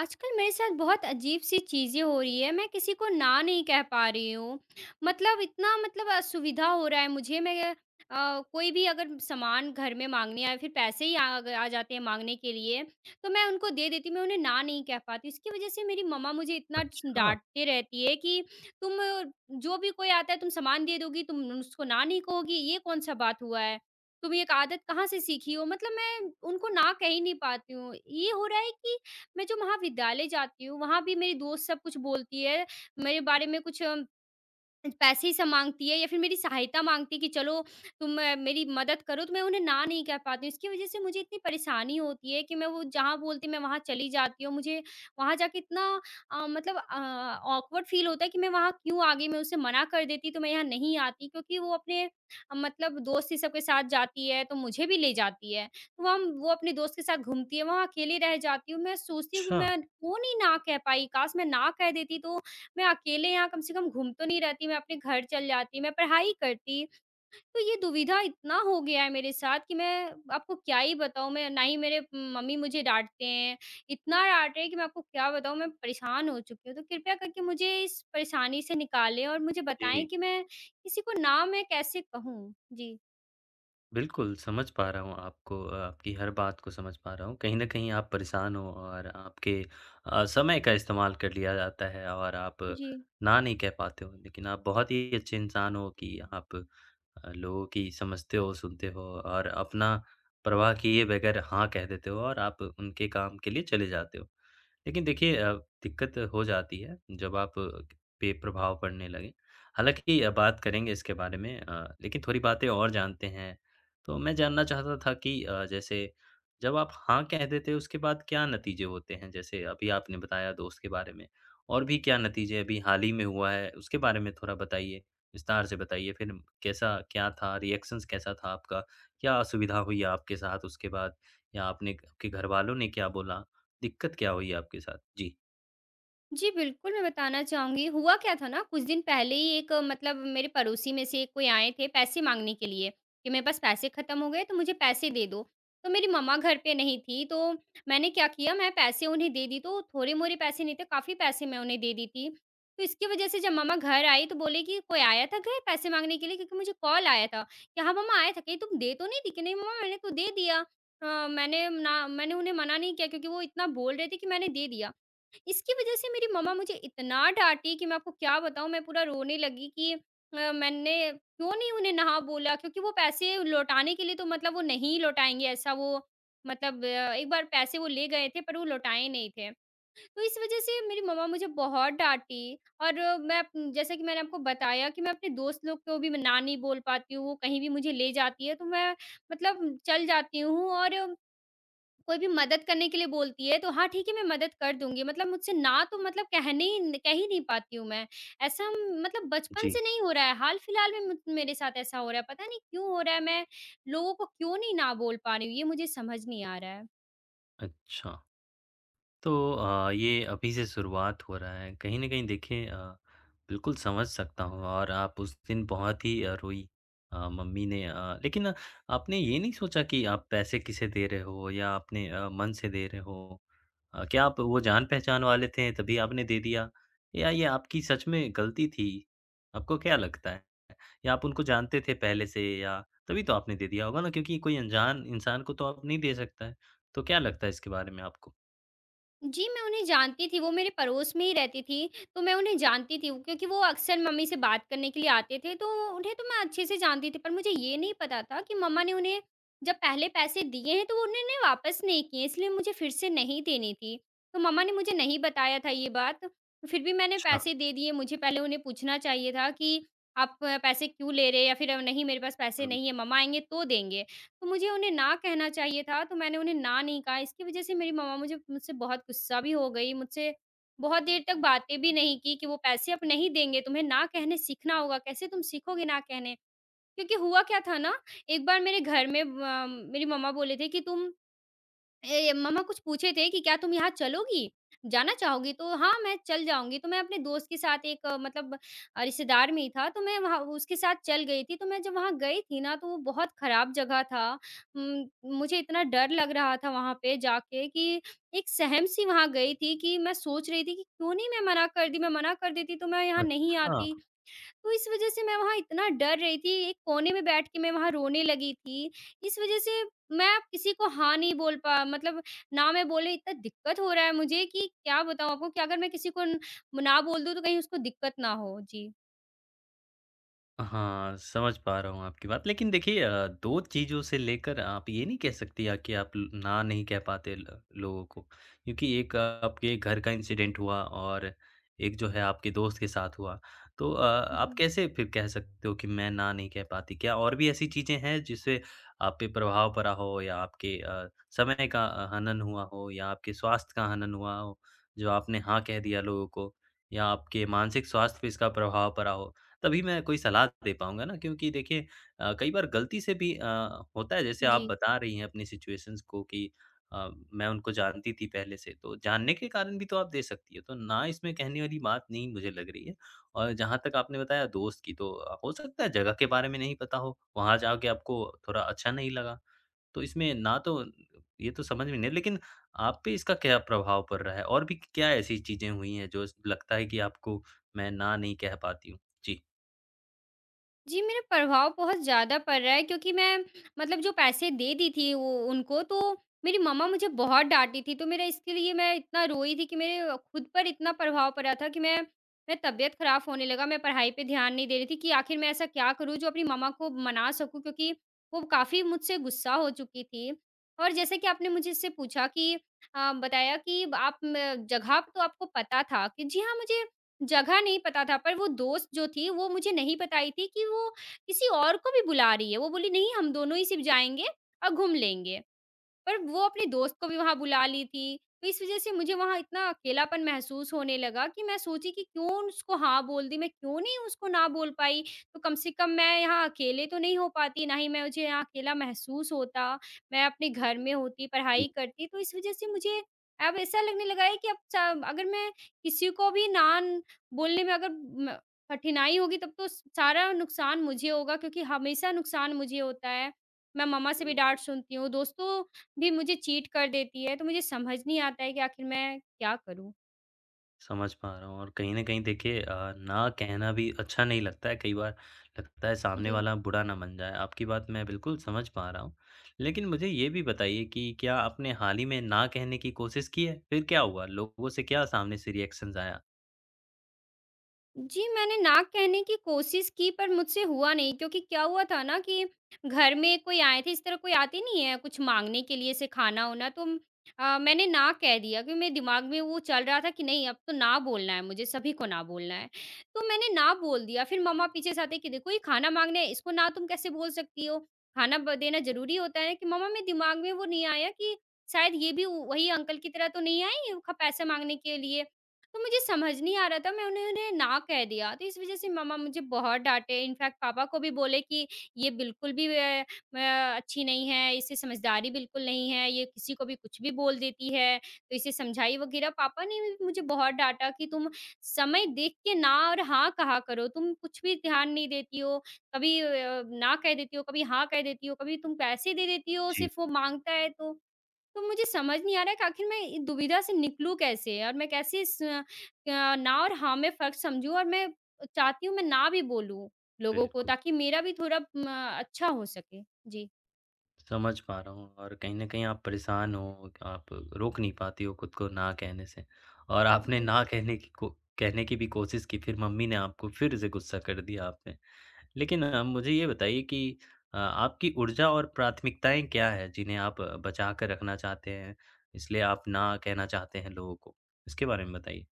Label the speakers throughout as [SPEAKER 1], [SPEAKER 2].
[SPEAKER 1] आजकल मेरे साथ बहुत अजीब-सी चीज़ें हो रही है, मैं किसी को ना नहीं कह पा रही हूँ। मतलब इतना असुविधा हो रहा है मुझे मैं कोई भी अगर सामान घर में माँगने आए फिर पैसे ही आ जाते हैं माँगने के लिए, तो मैं उनको दे देती हूँ, मैं उन्हें ना नहीं कह पाती। इसकी वज़ह से मेरी मम्मा मुझे इतना स
[SPEAKER 2] अच्छा,
[SPEAKER 1] डाँटते रहती है कि, "तुम जो भी कोई आता है तुम सामान दे दोगी, तुम उसको ना नहीं कहोगी, ये कौन-सा बात हुआ है? तुम ये एक आदत कहाँ से सीखी हो?" मतलब मैं उनको ना कह ही नहीं पाती हूँ। ये हो रहा है कि मैं जो महाविद्यालय जाती हूँ, वहाँ भी मेरी दोस्त सब कुछ बोलती है, मेरे बारे में कुछ अम पैसे ही सब माँगती है या फिर मेरी सहायता माँगती है कि चलो तुम मेरी मदद करो तो मैं उन्हें ना नहीं कह पाती हूँ। इसकी वज़ह से मुझे इतनी परेशानी होती है कि मैं वो जहाँ बोलती हूँ मैं वहाँ चली जाती हूँ। मुझे वहाँ जाके इतना अ, मतलब अ, ऑकवर्ड फ़ील होता है कि मैं वहाँ क्यों आ गई? मैं उसे मना कर देती तो मैं यहाँ नहीं आती क्योंकि वो अपने मतलब दोस्त ही सबके साथ जाती है तो मुझे भी ले जाती है। तो वहाँ वो अपने दोस्त के साथ घूमती है, वहाँ अकेली रह जाती हूँ। मैं सोचती हूँ कि
[SPEAKER 2] अच्छा।
[SPEAKER 1] मैं क्यों नहीं ना कह पाई? काश मैं ना कह देती तो मैं अकेले यहाँ कम से कम घूम तो नहीं रहती, मैं अपने घर चल जाती, मैं पढ़ाई करती। तो ये दुविधा इतना हो गया है मेरे साथ कि मैं आपको क्या ही बताऊँ, मैं ना ही मेरे मम्मी मुझे डाँटते हैं, इतना डाँट रहे हैं कि मैं आपको क्या बताऊँ, मैं परेशान हो चुकी हूँ। तो कृपया करके मुझे इस परेशानी से निकालें और मुझे बताएँ
[SPEAKER 2] जी,
[SPEAKER 1] कि मैं किसी को ना मैं कैसे कहूँ? जी।
[SPEAKER 2] बिल्कुल समझ पा रहा हूँ आपको आपकी हर बात को समझ पा रहा हूँ। कहीं न कहीं आप परेशान हो और आपके समय का इस्तेमाल कर लिया जाता है और आप
[SPEAKER 1] जी।
[SPEAKER 2] ना नहीं कह पाते हो। लेकिन आप बहुत ही अच्छे इंसान हो कि आप लोगों की समझते हो, सुनते हो और अपना परवाह किए बगैर हाँ कह देते हो और आप उनके काम के लिए चले जाते हो। लेकिन देखिए दिक्कत हो जाती है जब आप पे प्रभाव पड़ने लगे। हालाँकि बात करेंगे इसके बारे में लेकिन थोड़ी बातें और जानते हैं। तो मैं जानना चाहता था कि जैसे जब आप हाँ कह देते हो उसके बाद क्या नतीजे होते हैं? जैसे अभी आपने बताया दोस्त के बारे में, और भी क्या नतीजे अभी हाल ही में हुआ है उसके बारे में थोड़ा बताइए, विस्तार से बताइए। फिर कैसा क्या था रिएक्शंस कैसा था आपका? क्या असुविधा हुई आपके साथ उसके बाद? या आपने आपके घरवालों ने क्या बोला? दिक्कत क्या हुई आपके साथ? जी,
[SPEAKER 1] जी, बिल्कुल, मैं बताना चाहूँगी। हुआ क्या था ना, कुछ दिन पहले ही एक मतलब मेरे पड़ोसी में से कोई आए थे पैसे माँगने के लिए कि मेरे पास पैसे ख़त्म हो गए, तो मुझे पैसे दे दो। तो मेरी मम्मा घर पे नहीं थी, तो मैंने क्या किया, मैं पैसे उन्हें दे दी, तो थोड़े-मोड़े पैसे नहीं थे, काफ़ी पैसे मैं उन्हें दे दी थी। तो इसकी वजह से जब मम्मा घर आई, तो बोले कि, "कोई आया था घर पैसे माँगने के लिए?" क्योंकि मुझे कॉल आया था कि, "हाँ, मम्मा आया था। कहीं तुम दे तो नहीं दी?" कि, "नहीं, मम्मा, मैंने तो दे दिया।" मैंने उन्हें मना नहीं किया क्योंकि वो इतना बोल रहे थे कि मैंने दे दिया। इसकी वजह से मेरी मम्मा मुझे इतना डाँटी कि मैं आपको क्या बताऊँ मैं पूरा रोने लगी कि मैंने क्यों नहीं उन्हें ना बोला क्योंकि वो पैसे लौटाने के लिए तो मतलब वो नहीं लौटाएँगे ऐसा वो मतलब एक बार पैसे वो ले गए थे पर वो लौटाए नहीं थे। तो इस वजह से मेरी मम्मा मुझे बहुत डाँटी और अ, मैं अप जैसा कि मैंने आपको बताया कि मैं अपने दोस्त लोग को भी मैं ना नहीं बोल पाती हूँ, वो कहीं भी मुझे ले जाती है तो मैं मतलब चल जाती हूँ और कोई भी मदद करने के लिए बोलती है, तो हाँ, ठीक है मैं मदद कर दूँगी। मतलब मुझसे ना तो मतलब कहने ही कह ही नहीं पाती हूँ मैं। ऐसा मतलब बचपन
[SPEAKER 2] जी।
[SPEAKER 1] से नहीं हो रहा है, हाल-फिलहाल में मुझ मेरे साथ ऐसा हो रहा है, पता नहीं क्यों हो रहा है? मैं लोगों को क्यों नहीं ना बोल पा रही हूँ, ये मुझे समझ नहीं आ रहा है।
[SPEAKER 2] अच्छा, तो ये अभी से शुरुआत हो रहा है। कहीं न कहीं देखिए बिल्कुल समझ सकता हूँ और आप उस दिन बहुत ही रोईं मम्मी ने लेकिन आपने ये नहीं सोचा कि आप पैसे किसे दे रहे हो या अपने मन से दे रहे हो? क्या आप वो जान-पहचान वाले थे तभी आपने दे दिया या ये आपकी सच में गलती थी? आपको क्या लगता है? या आप उनको जानते थे पहले से या तभी तो आपने दे दिया होगा ना क्योंकि कोई अनजान इंसान को तो आप नहीं दे सकता है। तो क्या लगता है इसके बारे में आपको?
[SPEAKER 1] जी, मैं उन्हें जानती थी, वो मेरे पड़ोस में ही रहती थी, तो मैं उन्हें जानती थी क्योंकि वो अक्सर मम्मी से बात करने के लिए आते थे, तो उन्हें तो मैं अच्छे से जानती थी। पर मुझे ये नहीं पता था कि मम्मा ने उन्हें जब पहले पैसे दिए हैं, तो वो उन्होंने वापस नहीं किए, इसलिए मुझे फिर से नहीं देने थी। तो मम्मा ने मुझे नहीं बताया था ये बात, तो फिर भी मैंने
[SPEAKER 2] अच्छा।
[SPEAKER 1] पैसे दे दिए। मुझे पहले उन्हें पूछना चाहिए था कि, "आप पैसे क्यों ले रहे हैं?" या फिर "नहीं, मेरे पास पैसे
[SPEAKER 2] हुँ।
[SPEAKER 1] नहीं है, मम्मा आएँगे तो देंगे।" तो मुझे उन्हें ना कहना चाहिए था, तो मैंने उन्हें ना नहीं कहा, इसकी वज़ह से मेरी मम्मा मुझे मुझसे बहुत गुस्सा भी हो गई, मुझसे बहुत देर तक बातें भी नहीं की कि वो पैसे अब नहीं देंगे, तुम्हें ना कहने सीखना होगा, कैसे तुम सीखोगे ना कहने? क्योंकि हुआ क्या था ना, एक बार मेरे घर में मेरी मम्मा बोले थे कि तुम ए, मम्मा कुछ पूछे थे कि क्या तुम यहाँ चलोगी? जाना चाहोगी? तो हाँ, मैं चल जाऊँगी। तो मैं अपने दोस्त के साथ एक रिश्तेदार में ही था, तो मैं वहाँ उसके साथ चल गई थी। तो मैं जब वहाँ गई थी ना, तो वो बहुत खराब जगह था। उम, मुझे इतना डर लग रहा था वहाँ पे जाके कि एक सहम-सी वहाँ गई थी कि मैं सोच रही थी कि क्यों नहीं मैं मना कर दी? मैं मना कर देती तो मैं यहाँ नहीं
[SPEAKER 2] अच्छा।
[SPEAKER 1] आती। तो इस वज़ह से मैं वहाँ इतना डर रही थी, एक कोने में बैठ के मैं वहाँ रोने लगी थी। इस वज़ह से मैं अब किसी को हाँ नहीं बोल पा मतलब ना मैं बोले इतना दिक्कत हो रहा है मुझे कि क्या बताऊँ आपको कि अगर मैं किसी को न ना बोल दूँ तो कहीं उसको दिक्कत ना हो। जी।
[SPEAKER 2] हाँ, समझ पा रहा हूँ आपकी बात। लेकिन देखिए 2 चीज़ों से लेकर आप ये नहीं कह सकती या कि आप ल ना नहीं कह पाते ल लोगों को। क्योंकि एक आपके घर का इंसिडेंट हुआ और एक जो है आपके दोस्त के साथ हुआ। तो आप
[SPEAKER 1] जी।
[SPEAKER 2] कैसे फिर कह सकते हो कि मैं ना नहीं कह पाती? क्या और भी ऐसी चीज़ें हैं जिससे आप पे प्रभाव पड़ा हो या आपके समय का हनन हुआ हो या आपके स्वास्थ्य का हनन हुआ हो, जो आपने हाँ कह दिया लोगों को या आपके मानसिक स्वास्थ्य पे इसका प्रभाव पड़ा हो? तभी मैं कोई सलाह दे पाऊँगा ना क्योंकि देखिए कई बार गलती से भी होता है जैसे आप
[SPEAKER 1] जी।
[SPEAKER 2] बता रही हैं अपनी सिचुएशंस को कि अ, मैं उनको जानती थी पहले से, तो जानने के कारण भी तो आप दे सकती हैं, तो ना इसमें कहने वाली बात नहीं मुझे लग रही है। और जहाँ तक आपने बताया दोस्त की तो हो सकता है जगह के बारे में नहीं पता हो, वहाँ जाके आपको थोड़ा अच्छा नहीं लगा, तो इसमें ना तो ये तो समझ में नहीं लेकिन आप पे इसका क्या प्रभाव पड़ रहा है? और भी क्या ऐसी चीज़ें हुई हैं जो स लगता है कि आपको मैं ना नहीं कह पाती हूँ? जी।
[SPEAKER 1] जी, मेरा प्रभाव बहुत ज़्यादा पड़ रहा है क्योंकि मैं मतलब जो पैसे दे दी थी वो उनको तो मेरी मम्मा मुझे बहुत डाँटी थी, तो मेरा इसके लिए मैं इतना रोई थी कि मेरे खुद पर इतना प्रभाव पड़ा था कि मैं तबीयत ख़राब होने लगा, मैं पढ़ाई पे ध्यान नहीं दे रही थी कि आखिर मैं ऐसा क्या करूँ जो अपनी मम्मा को मना सकूँ क्योंकि वो काफ़ी मुझसे गुस्सा हो चुकी थी। और जैसे कि आपने मुझे इससे पूछा कि अ, बताया कि आप म जगह तो आपको पता था कि जी हाँ, मुझे जगह नहीं पता था, पर वो दोस्त जो थी, वो मुझे नहीं बताई थी कि वो किसी और को भी बुला रही है। वो बोली, "नहीं, हम दोनों ही सिर्फ़ जाएँगे और घूम लेंगे।" पर वो अपने दोस्त को भी वहाँ बुला ली थी, तो इस वज़ह से मुझे वहाँ इतना अकेलापन महसूस होने लगा कि मैं सोची कि क्यों उसको हाँ बोल दी, मैं क्यों नहीं उसको ना बोल पाई? तो कम से कम मैं यहाँ अकेले तो नहीं हो पाती, ना ही मैं मुझे यहाँ अकेला महसूस होता। मैं अपने घर में होती, पढ़ाई करती, तो इस वज़ह से मुझे अब ऐसा लगने लगा है कि अब च अगर मैं किसी को भी ना न बोलने में अगर म कठिनाई होगी तब तो स सारा नुकसान मुझे होगा क्योंकि हमेशा नुकसान मुझे होता है। मैं मम्मा से भी
[SPEAKER 2] बिल्कुल।
[SPEAKER 1] डाँट सुनती हूँ, दोस्तों भी मुझे चीट कर देती है, तो मुझे समझ नहीं आता है कि आखिर मैं क्या करूँ?
[SPEAKER 2] समझ पा रहा हूँ और कहीं न कहीं देखिए ना कहना भी अच्छा नहीं लगता है कई बार लगता है सामने
[SPEAKER 1] जी।
[SPEAKER 2] वाला बुरा ना मान जाए। आपकी बात मैं बिल्कुल समझ पा रहा हूँ। लेकिन मुझे ये भी बताइए कि क्या आपने हाल ही में ना कहने की कोशिश की है? फिर क्या हुआ? लोगों से क्या सामने से रिएक्शंस आया?
[SPEAKER 1] जी, मैंने ना कहने की कोशिश की पर मुझसे हुआ नहीं क्योंकि क्या हुआ था ना कि घर में कोई आए थे, इस तरह कोई आते नहीं है कुछ माँगने के लिए, ऐसे खाना-वाना तो मैंने ना कह दिया क्योंकि मेरे दिमाग में वो चल रहा था कि नहीं अब तो ना बोलना है मुझे, सभी को ना बोलना है। तो मैंने ना बोल दिया, फिर मम्मा पीछे से आते कि देखो ये खाना माँगने है, इसको ना तुम कैसे बोल सकती हो? खाना ब देना ज़रूरी होता है कि मम्मा मेरे दिमाग में वो नहीं आया कि शायद ये भी वही अंकल की तरह तो नहीं आए हैं ख पैसे माँगने के लिए। तो मुझे समझ नहीं आ रहा था, मैं उन्हें उन्हें ना कह दिया, तो इस वज़ह से मम्मा मुझे बहुत डाँटे, इनफैक्ट पापा को भी बोले कि ये बिल्कुल भी अ, म अच्छी नहीं है, इससे समझदारी बिल्कुल नहीं है, ये किसी को भी कुछ भी बोल देती है, तो इसे समझाई वगैरह पापा ने भी मुझे बहुत डाँटा कि तुम समय देख के ना और हाँ कहा करो, तुम कुछ भी ध्यान नहीं देती हो, कभी ना कह देती हो, कभी हाँ कह देती हो, कभी तुम पैसे दे देती हो,
[SPEAKER 2] जी।
[SPEAKER 1] सिर्फ़ वो माँगता है तो। तो मुझे समझ नहीं आ रहा है कि आखिर मैं इ दुविधा से निकलूँ कैसे? और मैं कैसे इस ना और हाँ में फ़र्क समझूँ और मैं चाहती हूँ मैं ना भी बोलूँ लोगों को
[SPEAKER 2] बिल्कुल,
[SPEAKER 1] ताकि मेरा भी थोड़ा म अच्छा हो सके। जी।
[SPEAKER 2] समझ पा रहा हूँ और कहीं न कहीं आप परेशान हो, आप रोक नहीं पाती हो खुद को ना कहने से और आपने
[SPEAKER 1] जी।
[SPEAKER 2] कहने की भी कोशिश की फिर मम्मी ने आपको फिर से गुस्सा कर दिया आप पे। लेकिन मुझे ये बताइए कि आपकी ऊर्जा और प्राथमिकताएँ क्या हैं, जिन्हें आप बचा कर रखना चाहते हैं, इसलिए आप ना कहना चाहते हैं लोगों को? इसके बारे में बताइए।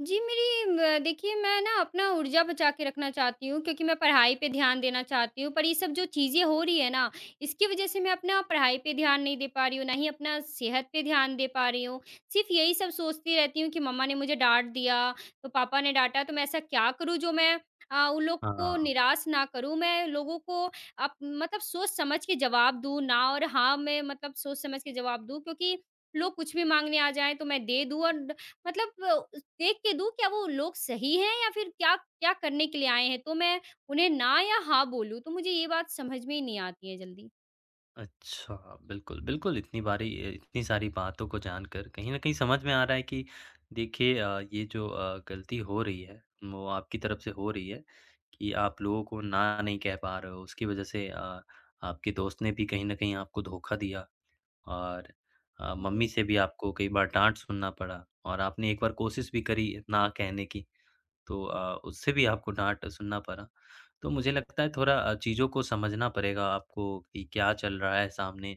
[SPEAKER 1] जी, मेरी म देखिए मैं ना अपना ऊर्जा बचा के रखना चाहती हूँ क्योंकि मैं पढ़ाई पे ध्यान देना चाहती हूँ, पर ये सब जो चीज़ें हो रही है ना, इसकी वज़ह से मैं अपना पढ़ाई पे ध्यान नहीं दे पा रही हूँ, ना ही अपना सेहत पे ध्यान दे पा रही हूँ। सिर्फ़ यही सब सोचती रहती हूँ कि मम्मा ने मुझे डाँट दिया, तो पापा ने डाँटा तो मैं ऐसा क्या करूँ जो मैं उन लोग को
[SPEAKER 2] हाँ।
[SPEAKER 1] निराश ना करूँ, मैं लोगों को अप मतलब सोच समझ के जवाब दूँ ना और हाँ, मैं मतलब सोच समझ के जवाब दूँ क्योंकि लोग कुछ भी माँगने आ जाएँ तो मैं दे दूँ और मतलब देख के दूँ क्या वो लोग सही हैं या फिर क्या क्या करने के लिए आए हैं? तो मैं उन्हें ना या हाँ बोलूँ, तो मुझे ये बात समझ में ही नहीं आती है जल्दी।
[SPEAKER 2] अच्छा, बिल्कुल, बिल्कुल इतनी बारी इतनी सारी बातों को जानकर कहीं न कहीं समझ में आ रहा है कि देखिए ये जो गलती हो रही है, वो आपकी तरफ से हो रही है कि आप लोगों को ना नहीं कह पा रहे हो। उसकी वजह से आपके दोस्त ने भी कहीं न कहीं आपको धोखा दिया। और मम्मी
[SPEAKER 1] जी,
[SPEAKER 2] से भी आपको कई बार डाँट सुनना पड़ा और आपने एक बार कोशिश भी करी ना कहने की, तो उससे भी आपको डाँट सुनना पड़ा। तो मुझे लगता है थोड़ा चीज़ों को समझना पड़ेगा आपको कि क्या चल रहा है सामने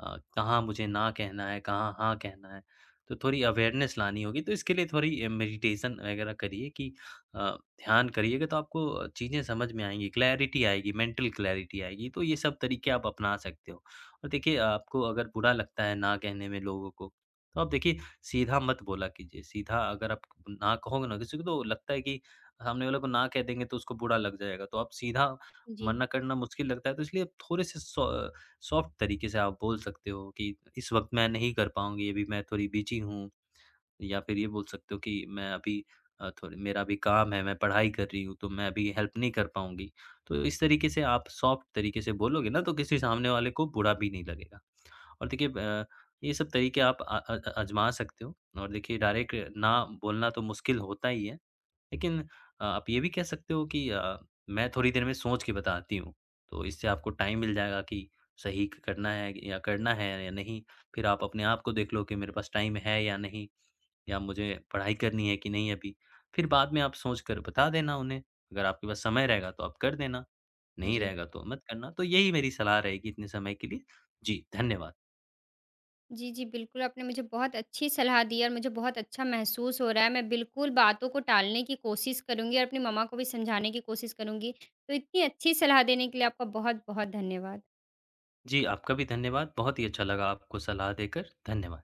[SPEAKER 2] कहाँ मुझे ना कहना है, कहाँ हाँ कहना है। तो थोड़ी अवेयरनेस लानी होगी, तो इसके लिए थोड़ी मेडिटेशन वगैरह करिए कि अ, ध्यान करिएगा तो आपको चीज़ें समझ में आएँगी, क्लैरिटी आएगी, मेंटल क्लैरिटी आएगी। तो ये सब तरीके आप अपना सकते हो। और देखिए आपको अगर बुरा लगता है ना कहने में लोगों को, तो आप देखिए सीधा मत बोला कीजिए। सीधा अगर आप ना कहोगे ना किसी को तो लगता है कि सामने वाले को ना कह देंगे तो उसको बुरा लग जाएगा। तो आप सीधा
[SPEAKER 1] जी,
[SPEAKER 2] मना करना मुश्किल लगता है, तो इसलिए थोड़े-से सौ सॉफ्ट तरीके से आप बोल सकते हो कि इस वक़्त मैं नहीं कर पाऊँगी, अभी मैं थोड़ी बिज़ी हूँ या फिर ये बोल सकते हो कि मैं अभी थोड़ी मेरा अभी काम है, मैं पढ़ाई कर रही हूँ, तो मैं अभी हेल्प नहीं कर पाऊँगी। तो इस तरीके से आप सॉफ्ट तरीके से बोलोगे ना, तो किसी सामने वाले को बुरा भी नहीं लगेगा। और देखिए ये सब तरीके आप आज़मा सकते हो और देखिए डायरेक्ट ना बोलना तो मुश्किल होता ही है। लेकिन आप ये भी कह सकते हो कि मैं थोड़ी देर में सोच के बताती हूँ, तो इससे आपको टाइम मिल जाएगा कि सही क करना है या नहीं। फिर आप अपने आप को देख लो कि मेरे पास टाइम है या नहीं या मुझे पढ़ाई करनी है कि नहीं अभी। फिर बाद में आप सोच कर बता देना उन्हें, अगर आपके पास समय रहेगा तो आप कर देना, नहीं
[SPEAKER 1] जी।
[SPEAKER 2] रहेगा तो मत करना। तो यही मेरी सलाह रहेगी इतने समय के लिए। जी, धन्यवाद।
[SPEAKER 1] जी, जी, बिल्कुल, आपने मुझे बहुत अच्छी सलाह दी और मुझे बहुत अच्छा महसूस हो रहा है। मैं बिल्कुल बातों को टालने की कोशिश करूँगी और अपनी मम्मा को भी समझाने की कोशिश करूँगी। तो इतनी अच्छी सलाह देने के लिए आपका बहुत-बहुत धन्यवाद।
[SPEAKER 2] जी, आपका भी धन्यवाद। बहुत ही अच्छा लगा आपको सलाह देकर। धन्यवाद।